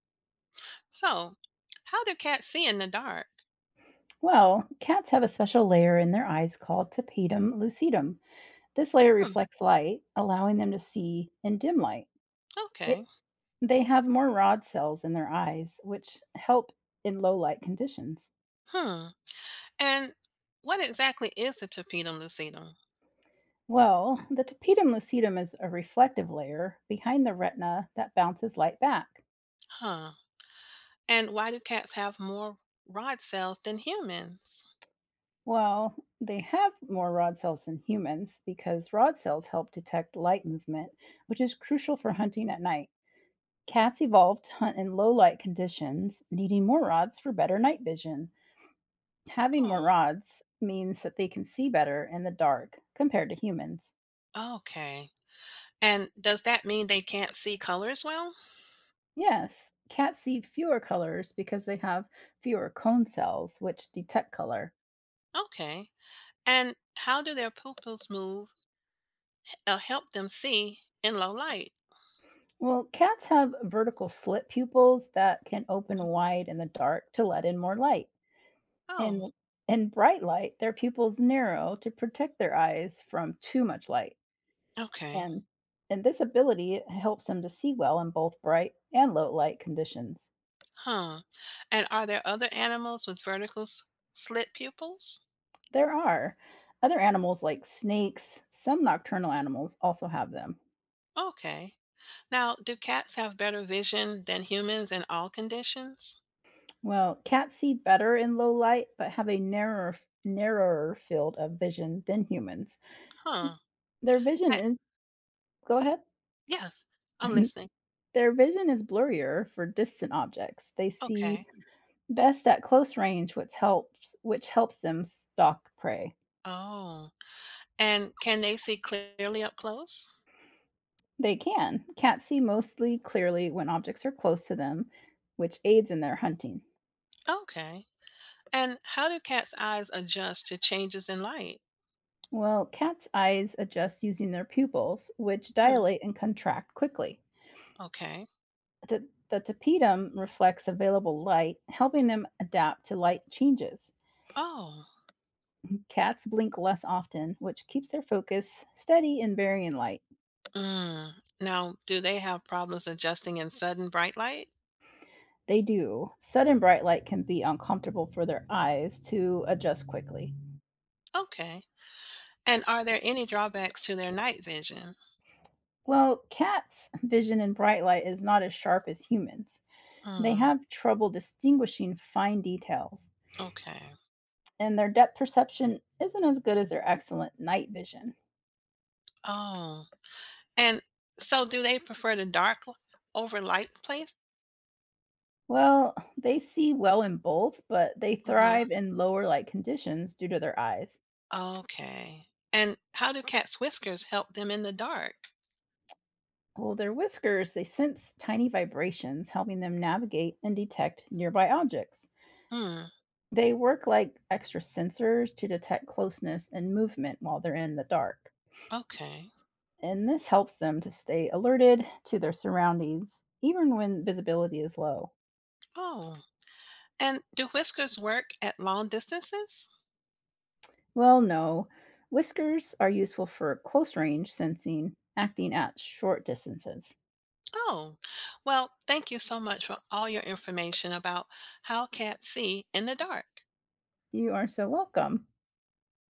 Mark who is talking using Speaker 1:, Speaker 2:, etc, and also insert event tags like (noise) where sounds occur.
Speaker 1: So, how do cats see in the dark?
Speaker 2: Well, cats have a special layer in their eyes called tapetum lucidum. This layer
Speaker 1: Hmm.
Speaker 2: reflects light, allowing them to see in dim light. They,
Speaker 1: Okay.
Speaker 2: they have more rod cells in their eyes, which help in low light conditions.
Speaker 1: Hmm. And what exactly is the tapetum lucidum?
Speaker 2: Well, the tapetum lucidum is a reflective layer behind the retina that bounces light back.
Speaker 1: Huh. And why do cats have more rod cells than humans?
Speaker 2: Well, they have more rod cells than humans because rod cells help detect light movement, which is crucial for hunting at night. Cats evolved to hunt in low light conditions, needing more rods for better night vision. Having more
Speaker 1: Oh,
Speaker 2: rods means that they can see better in the dark compared to humans.
Speaker 1: okay. And does that mean they can't see colors well?
Speaker 2: Yes, cats see fewer colors because they have fewer cone cells, which detect color.
Speaker 1: Okay. And how do their pupils move or help them see in low light?
Speaker 2: Well, cats have vertical slit pupils that can open wide in the dark to let in more light.
Speaker 1: Oh,
Speaker 2: In in bright light, their pupils narrow to protect their eyes from too much light.
Speaker 1: okay.
Speaker 2: And and this ability helps them to see well in both bright and low light conditions.
Speaker 1: Huh. And are there other animals with vertical slit pupils?
Speaker 2: There are other animals like snakes, some nocturnal animals also have them.
Speaker 1: Okay. Now, do cats have better vision than humans in all conditions?
Speaker 2: Well, cats see better in low light but have a narrower field of vision than humans.
Speaker 1: Huh.
Speaker 2: Their vision
Speaker 1: I,
Speaker 2: is go ahead.
Speaker 1: yes, I'm
Speaker 2: (laughs)
Speaker 1: listening.
Speaker 2: Their vision is blurrier for distant objects. They see
Speaker 1: Okay.
Speaker 2: best at close range, which helps them stalk prey.
Speaker 1: Oh. And can they see clearly up close?
Speaker 2: They can. Cats see mostly clearly when objects are close to them, which aids in their hunting.
Speaker 1: Okay. And how do cats' eyes adjust to changes in light?
Speaker 2: Well, cats' eyes adjust using their pupils, which
Speaker 1: Hmm.
Speaker 2: dilate and contract quickly.
Speaker 1: Okay.
Speaker 2: The tapetum reflects available light, helping them adapt to light changes.
Speaker 1: Oh.
Speaker 2: Cats blink less often, which keeps their focus steady and varying light.
Speaker 1: Mm. Now, do they have problems adjusting in sudden bright light?
Speaker 2: They do. Sudden bright light can be uncomfortable for their eyes to adjust quickly.
Speaker 1: Okay. And are there any drawbacks to their night vision?
Speaker 2: Well, cats' vision in bright light is not as sharp as humans. They
Speaker 1: Hmm.
Speaker 2: have trouble distinguishing fine details,
Speaker 1: Okay.
Speaker 2: and their depth perception isn't as good as their excellent night vision.
Speaker 1: Oh. And so do they prefer the dark l over light place?
Speaker 2: Well, they see well in both, but they
Speaker 1: Uh-huh,
Speaker 2: thrive in lower light conditions due to their eyes.
Speaker 1: okay. And how do cats' whiskers help them in the dark?
Speaker 2: Well, their whiskers, they sense tiny vibrations, helping them navigate and detect nearby objects.
Speaker 1: Hmm,
Speaker 2: They work like extra sensors to detect closeness and movement while they're in the dark.
Speaker 1: okay.
Speaker 2: And this helps them to stay alerted to their surroundings, even when visibility is low.
Speaker 1: Oh, and do whiskers work at long distances?
Speaker 2: Well, no. Whiskers are useful for close range sensing, acting at short distances.
Speaker 1: Oh, well, thank you so much for all your information about how cats see in the dark.
Speaker 2: You are so welcome.